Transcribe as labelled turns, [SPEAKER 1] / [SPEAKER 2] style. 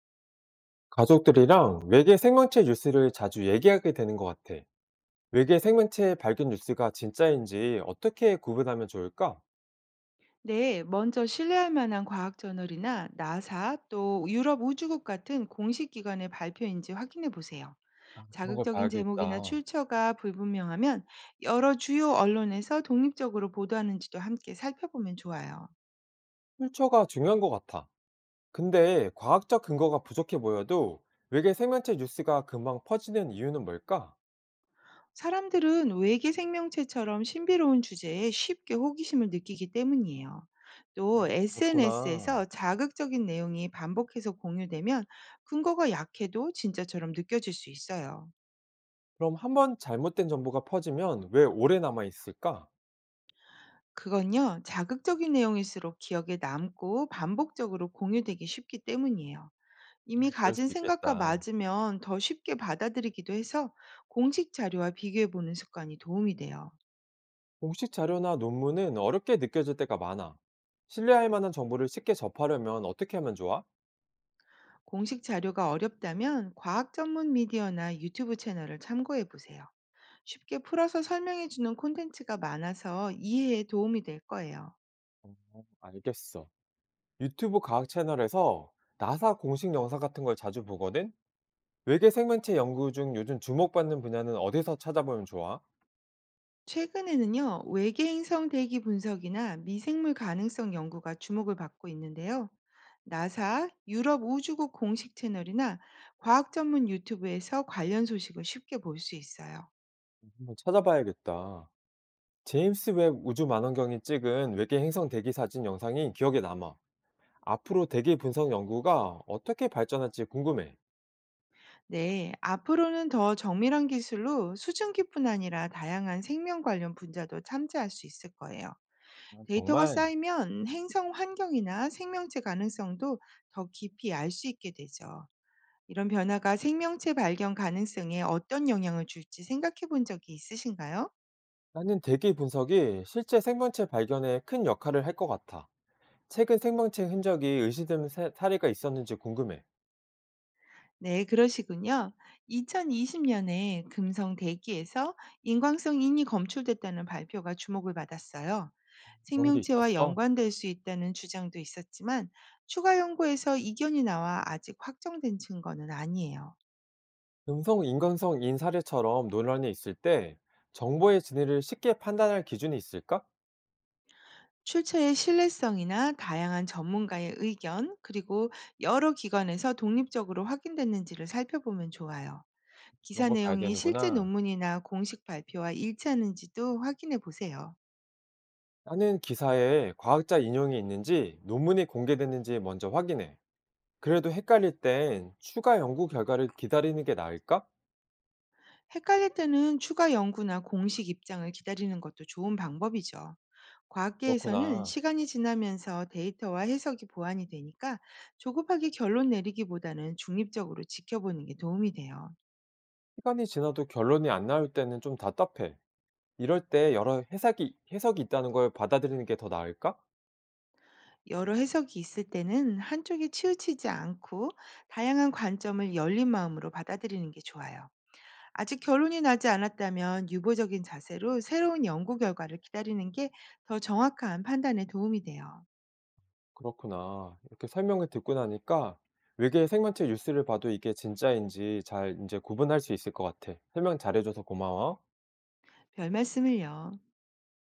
[SPEAKER 1] 가족들이랑 외계 생명체 뉴스를 자주 얘기하게 되는 것 같아. 외계 생명체 발견 뉴스가 진짜인지 어떻게 구분하면 좋을까?
[SPEAKER 2] 네, 먼저 신뢰할 만한 과학 저널이나 나사 또 유럽 우주국 같은 공식 기관의 발표인지 확인해 보세요.
[SPEAKER 1] 아, 그런 걸
[SPEAKER 2] 자극적인 제목이나
[SPEAKER 1] 봐야겠다.
[SPEAKER 2] 출처가 불분명하면 여러 주요 언론에서 독립적으로 보도하는지도 함께 살펴보면 좋아요.
[SPEAKER 1] 출처가 중요한 것 같아. 근데 과학적 근거가 부족해 보여도 외계 생명체 뉴스가 금방 퍼지는 이유는 뭘까?
[SPEAKER 2] 사람들은 외계 생명체처럼 신비로운 주제에 쉽게 호기심을 느끼기 때문이에요. 또
[SPEAKER 1] 그렇구나.
[SPEAKER 2] SNS에서 자극적인 내용이 반복해서 공유되면 근거가 약해도 진짜처럼 느껴질 수 있어요.
[SPEAKER 1] 그럼 한번 잘못된 정보가 퍼지면 왜 오래 남아 있을까?
[SPEAKER 2] 그건요, 자극적인 내용일수록 기억에 남고 반복적으로 공유되기 쉽기 때문이에요. 이미
[SPEAKER 1] 그럴 수
[SPEAKER 2] 가진 생각과
[SPEAKER 1] 있겠다.
[SPEAKER 2] 맞으면 더 쉽게 받아들이기도 해서 공식 자료와 비교해 보는 습관이 도움이 돼요.
[SPEAKER 1] 공식 자료나 논문은 어렵게 느껴질 때가 많아. 신뢰할 만한 정보를 쉽게 접하려면 어떻게 하면 좋아?
[SPEAKER 2] 공식 자료가 어렵다면 과학 전문 미디어나 유튜브 채널을 참고해 보세요. 쉽게 풀어서 설명해 주는 콘텐츠가 많아서 이해에 도움이 될 거예요.
[SPEAKER 1] 어 알겠어. 유튜브 과학 채널에서 나사 공식 영상 같은 걸 자주 보거든? 외계 생명체 연구 중 요즘 주목받는 분야는 어디서 찾아보면 좋아?
[SPEAKER 2] 최근에는요, 외계행성 대기 분석이나 미생물 가능성 연구가 주목을 받고 있는데요. 나사, 유럽 우주국 공식 채널이나 과학 전문 유튜브에서 관련 소식을 쉽게 볼 수 있어요.
[SPEAKER 1] 한번 찾아봐야겠다. 제임스 웹 우주 만원경이 찍은 외계 행성 대기 사진 영상이 기억에 남아. 앞으로 대기 분석 연구가 어떻게 발전할지 궁금해.
[SPEAKER 2] 네, 앞으로는 더 정밀한 기술로 수증기뿐 아니라 다양한 생명 관련 분야도 참여할 수 있을 거예요.
[SPEAKER 1] 아,
[SPEAKER 2] 데이터가
[SPEAKER 1] 정말.
[SPEAKER 2] 쌓이면 행성 환경이나 생명체 가능성도 더 깊이 알 수 있게 되죠. 이런 변화가 생명체 발견 가능성에 어떤 영향을 줄지 생각해 본 적이 있으신가요?
[SPEAKER 1] 나는 대기 분석이 실제 생명체 발견에 큰 역할을 할 것 같아. 최근 생명체 흔적이 의심되는 사례가 있었는지 궁금해.
[SPEAKER 2] 네, 그러시군요. 2020년에 금성 대기에서 인광성 인이 검출됐다는 발표가 주목을 받았어요.
[SPEAKER 1] 그런 게
[SPEAKER 2] 생명체와
[SPEAKER 1] 있었어?
[SPEAKER 2] 연관될 수 있다는 주장도 있었지만 추가 연구에서 이견이 나와 아직 확정된 증거는 아니에요.
[SPEAKER 1] 음성 인간성 인사례처럼 논란이 있을 때 정보의 진위를 쉽게 판단할 기준이 있을까?
[SPEAKER 2] 출처의 신뢰성이나 다양한 전문가의 의견, 그리고 여러 기관에서 독립적으로 확인됐는지를 살펴보면 좋아요.
[SPEAKER 1] 그런
[SPEAKER 2] 기사
[SPEAKER 1] 걸 봐야
[SPEAKER 2] 내용이 실제
[SPEAKER 1] 되는구나.
[SPEAKER 2] 논문이나 공식 발표와 일치하는지도 확인해 보세요.
[SPEAKER 1] 나는 기사에 과학자 인용이 있는지 논문이 공개됐는지 먼저 확인해. 그래도 헷갈릴 땐 추가 연구 결과를 기다리는 게 나을까?
[SPEAKER 2] 헷갈릴 때는 추가 연구나 공식 입장을 기다리는 것도 좋은 방법이죠. 과학계에서는
[SPEAKER 1] 그렇구나.
[SPEAKER 2] 시간이 지나면서 데이터와 해석이 보완이 되니까 조급하게 결론 내리기보다는 중립적으로 지켜보는 게 도움이 돼요.
[SPEAKER 1] 시간이 지나도 결론이 안 나올 때는 좀 답답해. 이럴 때 여러 해석이 있다는 걸 받아들이는 게 더 나을까?
[SPEAKER 2] 여러 해석이 있을 때는 한쪽에 치우치지 않고 다양한 관점을 열린 마음으로 받아들이는 게 좋아요. 아직 결론이 나지 않았다면 유보적인 자세로 새로운 연구 결과를 기다리는 게 더 정확한 판단에 도움이 돼요.
[SPEAKER 1] 그렇구나. 이렇게 설명을 듣고 나니까 외계 생명체 뉴스를 봐도 이게 진짜인지 잘 이제 구분할 수 있을 것 같아. 설명 잘해줘서 고마워.
[SPEAKER 2] 별 말씀을요.